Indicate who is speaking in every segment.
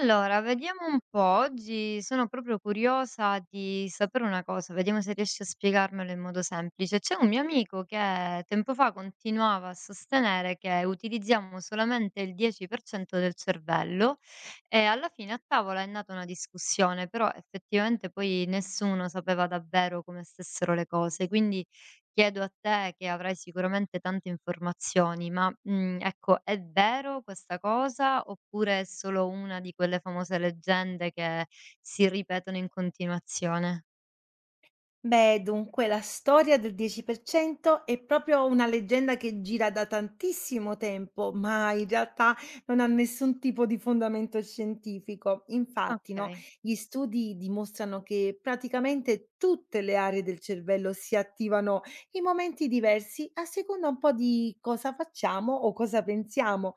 Speaker 1: Allora, vediamo un po'. Oggi sono proprio curiosa di sapere una cosa, vediamo se riesci a spiegarmelo in modo semplice. C'è un mio amico che tempo fa continuava a sostenere che utilizziamo solamente il 10% del cervello, e alla fine a tavola è nata una discussione, però effettivamente poi nessuno sapeva davvero come stessero le cose, quindi chiedo a te che avrai sicuramente tante informazioni, ma, ecco, è vero questa cosa oppure è solo una di quelle famose leggende che si ripetono in continuazione?
Speaker 2: Beh, dunque, la storia del 10% è proprio una leggenda che gira da tantissimo tempo, ma in realtà non ha nessun tipo di fondamento scientifico. Infatti, no,
Speaker 1: Okay.
Speaker 2: gli studi dimostrano che praticamente tutte le aree del cervello si attivano in momenti diversi a seconda un po' di cosa facciamo o cosa pensiamo.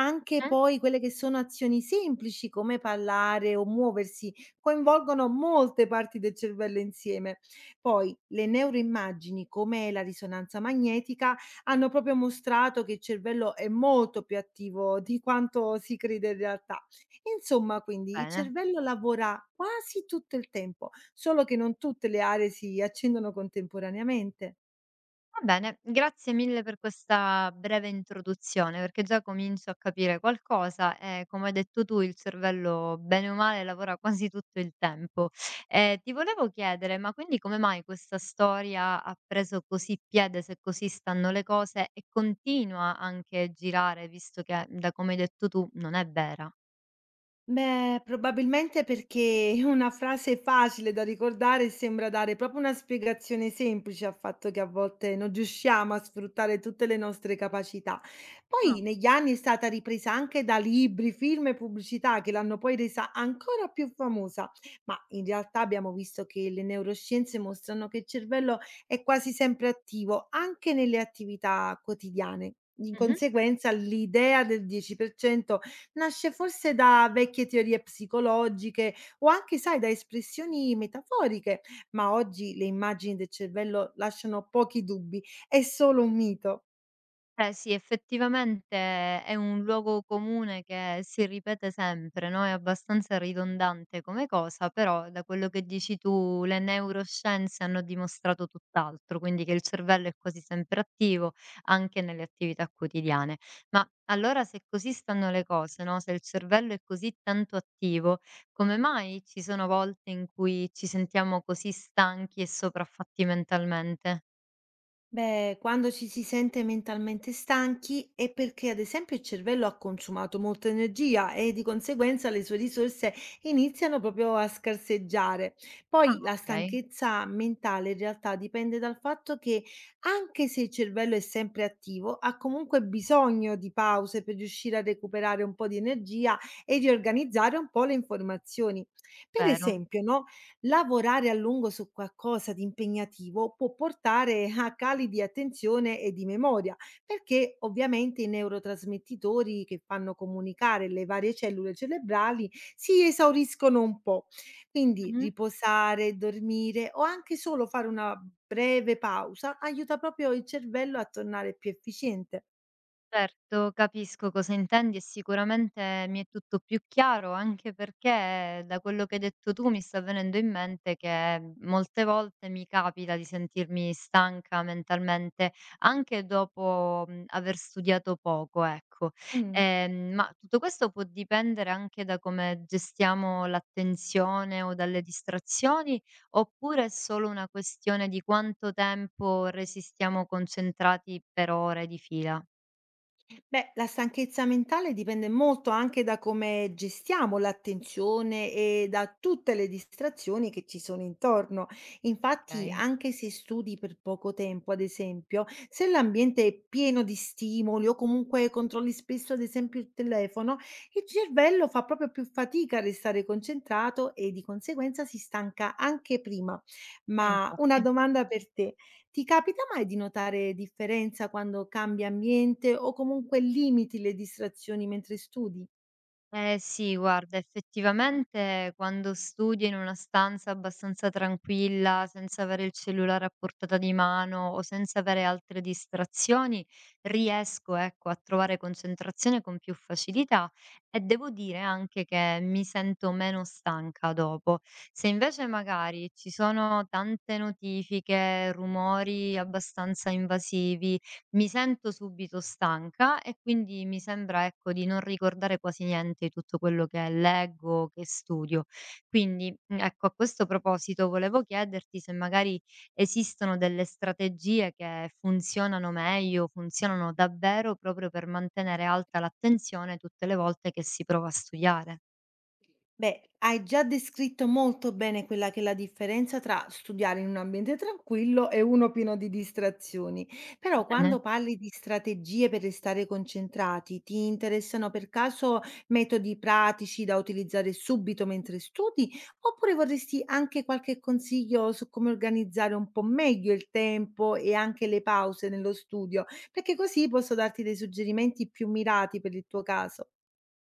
Speaker 2: Anche
Speaker 1: Mh,
Speaker 2: poi quelle che sono azioni semplici come parlare o muoversi coinvolgono molte parti del cervello insieme. Poi le neuroimmagini, come la risonanza magnetica, hanno proprio mostrato che il cervello è molto più attivo di quanto si crede in realtà. Insomma, quindi il
Speaker 1: bene.
Speaker 2: cervello lavora quasi tutto il tempo, solo che non tutte le aree si accendono contemporaneamente.
Speaker 1: Va bene, grazie mille per questa breve introduzione, perché già comincio a capire qualcosa e come hai detto tu il cervello bene o male lavora quasi tutto il tempo. Ti volevo chiedere, ma quindi come mai questa storia ha preso così piede, se così stanno le cose, e continua anche a girare, visto che da come hai detto tu non è vera?
Speaker 2: Beh, probabilmente perché una frase facile da ricordare e sembra dare proprio una spiegazione semplice al fatto che a volte non riusciamo a sfruttare tutte le nostre capacità.
Speaker 1: Ah,
Speaker 2: Poi negli anni è stata ripresa anche da libri, film e pubblicità che l'hanno poi resa ancora più famosa, ma in realtà abbiamo visto che le neuroscienze mostrano che il cervello è quasi sempre attivo anche nelle attività quotidiane. In
Speaker 1: mhm.
Speaker 2: conseguenza, l'idea del 10% nasce forse da vecchie teorie psicologiche o anche, sai, da espressioni metaforiche, ma oggi le immagini del cervello lasciano pochi dubbi, è solo un mito.
Speaker 1: Eh sì, effettivamente è un luogo comune che si ripete sempre, no? È abbastanza ridondante come cosa, però da quello che dici tu le neuroscienze hanno dimostrato tutt'altro, quindi che il cervello è quasi sempre attivo anche nelle attività quotidiane. Ma allora, se così stanno le cose, no, se il cervello è così tanto attivo, come mai ci sono volte in cui ci sentiamo così stanchi e sopraffatti mentalmente?
Speaker 2: Beh, quando ci si sente mentalmente stanchi è perché, ad esempio, il cervello ha consumato molta energia e di conseguenza le sue risorse iniziano proprio a scarseggiare.
Speaker 1: Ah,
Speaker 2: Poi la
Speaker 1: okay,
Speaker 2: stanchezza mentale in realtà dipende dal fatto che, anche se il cervello è sempre attivo, ha comunque bisogno di pause per riuscire a recuperare un po' di energia e riorganizzare un po' le informazioni. Per
Speaker 1: vero.
Speaker 2: esempio, no? Lavorare a lungo su qualcosa di impegnativo può portare a cali di attenzione e di memoria, perché ovviamente i neurotrasmettitori che fanno comunicare le varie cellule cerebrali si esauriscono un po'. Quindi riposare, dormire o anche solo fare una breve pausa aiuta proprio il cervello a tornare più efficiente.
Speaker 1: Certo, capisco cosa intendi e sicuramente mi è tutto più chiaro, anche perché da quello che hai detto tu mi sta venendo in mente che molte volte mi capita di sentirmi stanca mentalmente anche dopo aver studiato poco, ecco.
Speaker 2: Mm.
Speaker 1: Ma tutto questo può dipendere anche da come gestiamo l'attenzione o dalle distrazioni, oppure è solo una questione di quanto tempo resistiamo concentrati per ore di fila?
Speaker 2: Beh, la stanchezza mentale dipende molto anche da come gestiamo l'attenzione e da tutte le distrazioni che ci sono intorno. Infatti,
Speaker 1: Okay.
Speaker 2: anche se studi per poco tempo, ad esempio, se l'ambiente è pieno di stimoli o comunque controlli spesso, ad esempio, il telefono, il cervello fa proprio più fatica a restare concentrato e di conseguenza si stanca anche prima. Ma una
Speaker 1: Infatti.
Speaker 2: domanda per te. Ti capita mai di notare differenza quando cambi ambiente o comunque limiti le distrazioni mentre studi?
Speaker 1: Sì, guarda, effettivamente quando studi in una stanza abbastanza tranquilla, senza avere il cellulare a portata di mano o senza avere altre distrazioni, riesco, ecco, a trovare concentrazione con più facilità e devo dire anche che mi sento meno stanca dopo. Se invece magari ci sono tante notifiche, rumori abbastanza invasivi, mi sento subito stanca e quindi mi sembra, ecco, di non ricordare quasi niente di tutto quello che leggo, che studio. Quindi, ecco, a questo proposito volevo chiederti se magari esistono delle strategie che funzionano meglio, funzionano davvero proprio per mantenere alta l'attenzione tutte le volte che si prova a studiare.
Speaker 2: Beh, hai già descritto molto bene quella che è la differenza tra studiare in un ambiente tranquillo e uno pieno di distrazioni. Però
Speaker 1: Bene.
Speaker 2: quando parli di strategie per restare concentrati, ti interessano per caso metodi pratici da utilizzare subito mentre studi, oppure vorresti anche qualche consiglio su come organizzare un po' meglio il tempo e anche le pause nello studio? Perché così posso darti dei suggerimenti più mirati per il tuo caso.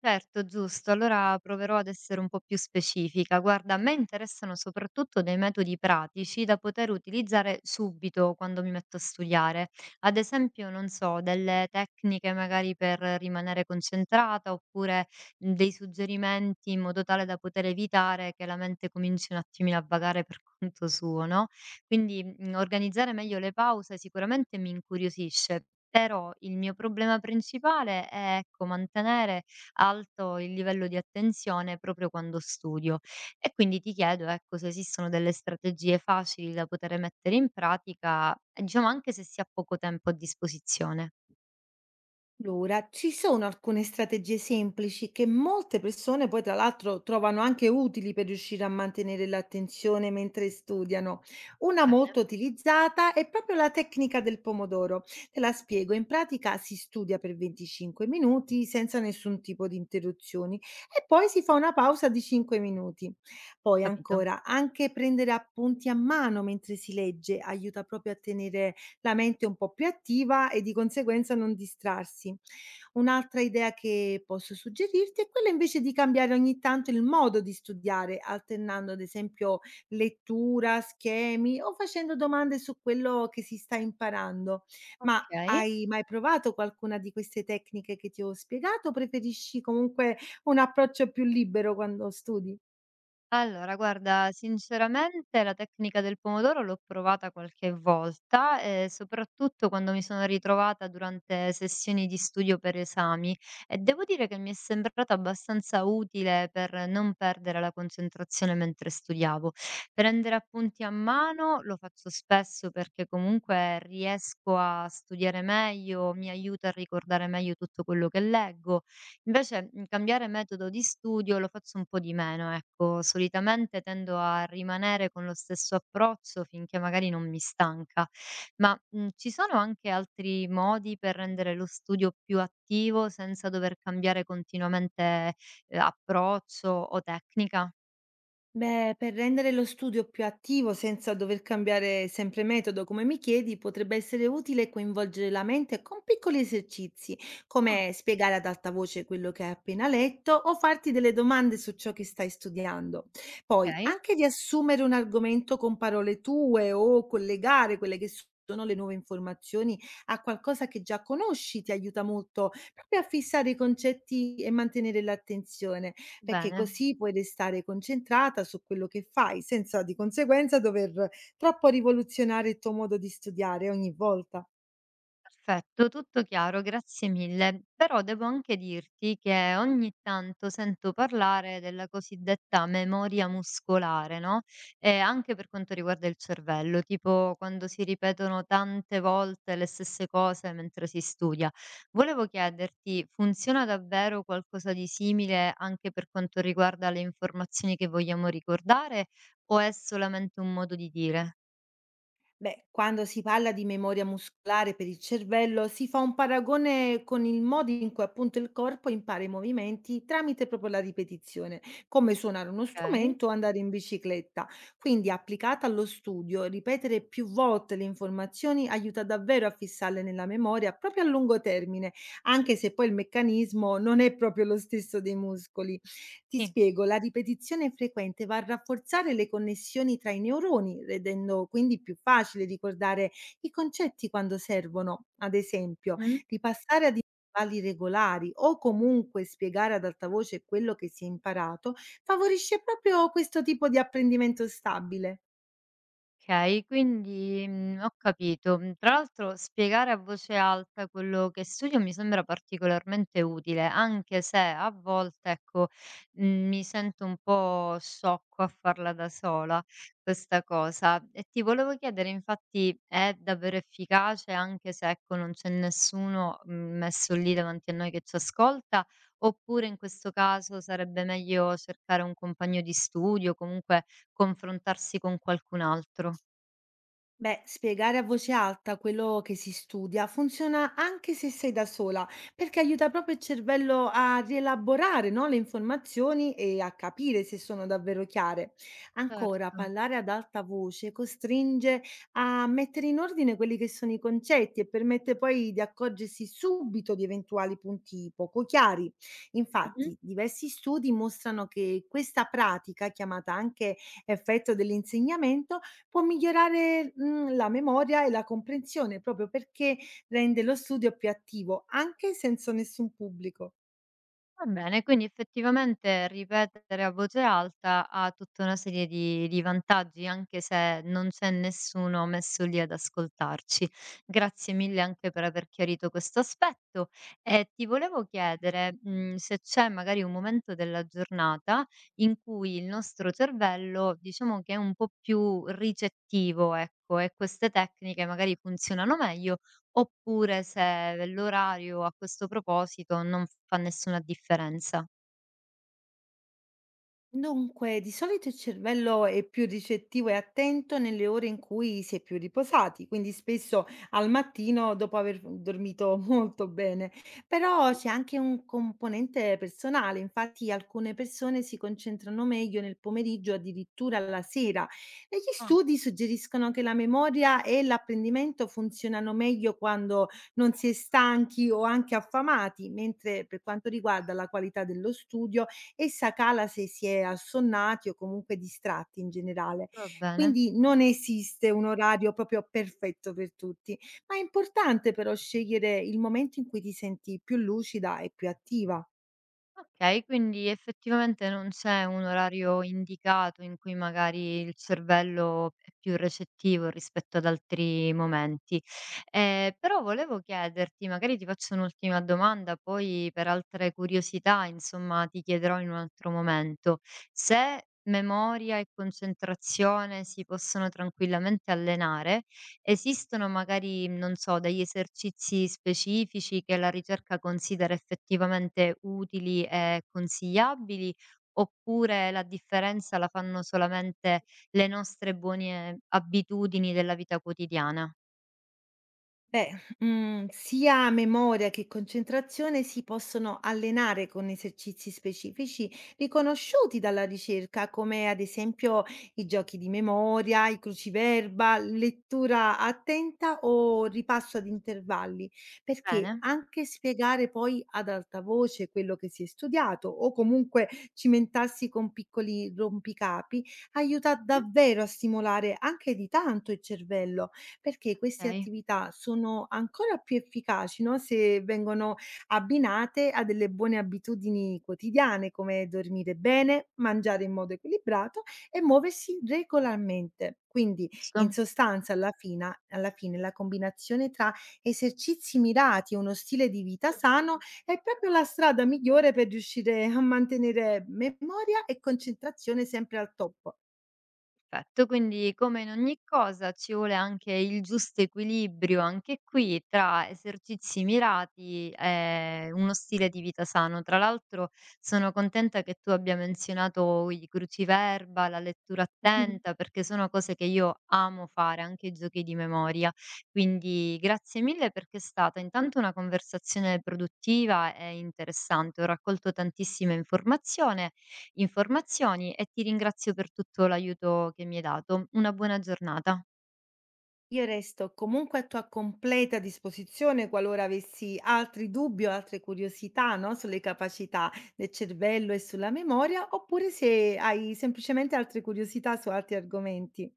Speaker 1: Certo, giusto. Allora proverò ad essere un po' più specifica. Guarda, a me interessano soprattutto dei metodi pratici da poter utilizzare subito quando mi metto a studiare. Ad esempio, non so, delle tecniche magari per rimanere concentrata, oppure dei suggerimenti in modo tale da poter evitare che la mente cominci un attimino a vagare per conto suo, no? Quindi organizzare meglio le pause sicuramente mi incuriosisce. Però il mio problema principale è, ecco, mantenere alto il livello di attenzione proprio quando studio. E quindi ti chiedo, ecco, se esistono delle strategie facili da poter mettere in pratica, e diciamo anche se si ha poco tempo a disposizione.
Speaker 2: Allora, ci sono alcune strategie semplici che molte persone poi tra l'altro trovano anche utili per riuscire a mantenere l'attenzione mentre studiano. Una molto
Speaker 1: Bene,
Speaker 2: utilizzata è proprio la tecnica del pomodoro. Te la spiego, in pratica si studia per 25 minuti senza nessun tipo di interruzioni e poi si fa una pausa di 5 minuti. Poi
Speaker 1: capito.
Speaker 2: ancora, anche prendere appunti a mano mentre si legge aiuta proprio a tenere la mente un po' più attiva e di conseguenza non distrarsi. Un'altra idea che posso suggerirti è quella invece di cambiare ogni tanto il modo di studiare, alternando ad esempio lettura, schemi o facendo domande su quello che si sta imparando. Ma
Speaker 1: Okay.
Speaker 2: hai mai provato qualcuna di queste tecniche che ti ho spiegato o preferisci comunque un approccio più libero quando studi?
Speaker 1: Allora guarda, sinceramente la tecnica del pomodoro l'ho provata qualche volta, soprattutto quando mi sono ritrovata durante sessioni di studio per esami e devo dire che mi è sembrata abbastanza utile per non perdere la concentrazione mentre studiavo. Prendere appunti a mano lo faccio spesso perché comunque riesco a studiare meglio, mi aiuta a ricordare meglio tutto quello che leggo. Invece, cambiare metodo di studio lo faccio un po' di meno, ecco. Solitamente tendo a rimanere con lo stesso approccio finché magari non mi stanca. Ma, ci sono anche altri modi per rendere lo studio più attivo senza dover cambiare continuamente, approccio o tecnica?
Speaker 2: Beh, per rendere lo studio più attivo senza dover cambiare sempre metodo, come mi chiedi, potrebbe essere utile coinvolgere la mente con piccoli esercizi,
Speaker 1: Ah,
Speaker 2: come spiegare ad alta voce quello che hai appena letto o farti delle domande su ciò che stai studiando. Poi,
Speaker 1: okay.
Speaker 2: anche riassumere un argomento con parole tue o collegare quelle che sono le nuove informazioni a qualcosa che già conosci ti aiuta molto proprio a fissare i concetti e mantenere l'attenzione perché
Speaker 1: Bene.
Speaker 2: così puoi restare concentrata su quello che fai, senza di conseguenza dover troppo rivoluzionare il tuo modo di studiare ogni volta.
Speaker 1: Perfetto, tutto chiaro, grazie mille. Però devo anche dirti che ogni tanto sento parlare della cosiddetta memoria muscolare, no? E anche per quanto riguarda il cervello, tipo quando si ripetono tante volte le stesse cose mentre si studia. Volevo chiederti, funziona davvero qualcosa di simile anche per quanto riguarda le informazioni che vogliamo ricordare, o è solamente un modo di dire?
Speaker 2: Beh, quando si parla di memoria muscolare per il cervello, si fa un paragone con il modo in cui appunto il corpo impara i movimenti tramite proprio la ripetizione, come suonare uno
Speaker 1: Ok?
Speaker 2: strumento o andare in bicicletta. Quindi, applicata allo studio, ripetere più volte le informazioni aiuta davvero a fissarle nella memoria proprio a lungo termine, anche se poi il meccanismo non è proprio lo stesso dei muscoli. Ti
Speaker 1: Sì.
Speaker 2: spiego, la ripetizione frequente va a rafforzare le connessioni tra i neuroni, rendendo quindi più facile ricordare i concetti quando servono. Ad esempio,
Speaker 1: Mhm.
Speaker 2: ripassare ad intervalli regolari o comunque spiegare ad alta voce quello che si è imparato favorisce proprio questo tipo di apprendimento stabile.
Speaker 1: Okay, quindi, ho capito. Mhmm, Tra l'altro spiegare a voce alta quello che studio mi sembra particolarmente utile, anche se a volte, ecco, mi sento un po' sciocco a farla da sola questa cosa. E ti volevo chiedere infatti, è davvero efficace anche se, ecco, non c'è nessuno, messo lì davanti a noi che ci ascolta, oppure in questo caso sarebbe meglio cercare un compagno di studio, comunque confrontarsi con qualcun altro?
Speaker 2: Beh, spiegare a voce alta quello che si studia funziona anche se sei da sola, perché aiuta proprio il cervello a rielaborare, no, le informazioni e a capire se sono davvero chiare. Ancora,
Speaker 1: Certo.
Speaker 2: parlare ad alta voce costringe a mettere in ordine quelli che sono i concetti e permette poi di accorgersi subito di eventuali punti poco chiari.
Speaker 1: Mh-mh.
Speaker 2: Infatti, diversi studi mostrano che questa pratica, chiamata anche effetto dell'insegnamento, può migliorare, la memoria e la comprensione, proprio perché rende lo studio più attivo, anche senza nessun pubblico.
Speaker 1: Va bene, quindi effettivamente ripetere a voce alta ha tutta una serie di vantaggi, anche se non c'è nessuno messo lì ad ascoltarci. Grazie mille anche per aver chiarito questo aspetto e ti volevo chiedere, se c'è magari un momento della giornata in cui il nostro cervello diciamo che è un po' più ricettivo, ecco, e queste tecniche magari funzionano meglio, oppure se l'orario a questo proposito non fa nessuna differenza.
Speaker 2: Dunque, di solito il cervello è più ricettivo e attento nelle ore in cui si è più riposati, quindi spesso al mattino dopo aver dormito molto bene. Però c'è anche un componente personale, infatti alcune persone si concentrano meglio nel pomeriggio, addirittura alla sera. Negli
Speaker 1: Ah,
Speaker 2: studi suggeriscono che la memoria e l'apprendimento funzionano meglio quando non si è stanchi o anche affamati, mentre per quanto riguarda la qualità dello studio, essa cala se si è assonnati o comunque distratti in generale.
Speaker 1: va bene.
Speaker 2: Quindi non esiste un orario proprio perfetto per tutti, ma è importante però scegliere il momento in cui ti senti più lucida e più attiva.
Speaker 1: Okay, quindi effettivamente non c'è un orario indicato in cui magari il cervello è più recettivo rispetto ad altri momenti. Però volevo chiederti, magari ti faccio un'ultima domanda, poi per altre curiosità, insomma, ti chiederò in un altro momento. Se memoria e concentrazione si possono tranquillamente allenare, esistono magari, non so, degli esercizi specifici che la ricerca considera effettivamente utili e consigliabili, oppure la differenza la fanno solamente le nostre buone abitudini della vita quotidiana?
Speaker 2: Beh, sia memoria che concentrazione si possono allenare con esercizi specifici riconosciuti dalla ricerca, come ad esempio i giochi di memoria, i cruciverba, lettura attenta o ripasso ad intervalli, perché
Speaker 1: Bene,
Speaker 2: anche spiegare poi ad alta voce quello che si è studiato o comunque cimentarsi con piccoli rompicapi aiuta
Speaker 1: mh,
Speaker 2: davvero a stimolare anche di tanto il cervello perché queste
Speaker 1: okay,
Speaker 2: attività sono ancora più efficaci, no, se vengono abbinate a delle buone abitudini quotidiane come dormire bene, mangiare in modo equilibrato e muoversi regolarmente. Quindi, in
Speaker 1: giusto.
Speaker 2: sostanza, alla fine, la combinazione tra esercizi mirati e uno stile di vita sano è proprio la strada migliore per riuscire a mantenere memoria e concentrazione sempre al top.
Speaker 1: Perfetto, quindi come in ogni cosa ci vuole anche il giusto equilibrio, anche qui, tra esercizi mirati e uno stile di vita sano. Tra l'altro sono contenta che tu abbia menzionato i cruciverba, la lettura attenta, perché sono cose che io amo fare, anche i giochi di memoria. Quindi grazie mille perché è stata intanto una conversazione produttiva e interessante, ho raccolto tantissime informazioni e ti ringrazio per tutto l'aiuto che mi hai dato. Una buona giornata.
Speaker 2: Io resto comunque a tua completa disposizione qualora avessi altri dubbi o altre curiosità, no, sulle capacità del cervello e sulla memoria, oppure se hai semplicemente altre curiosità su altri argomenti.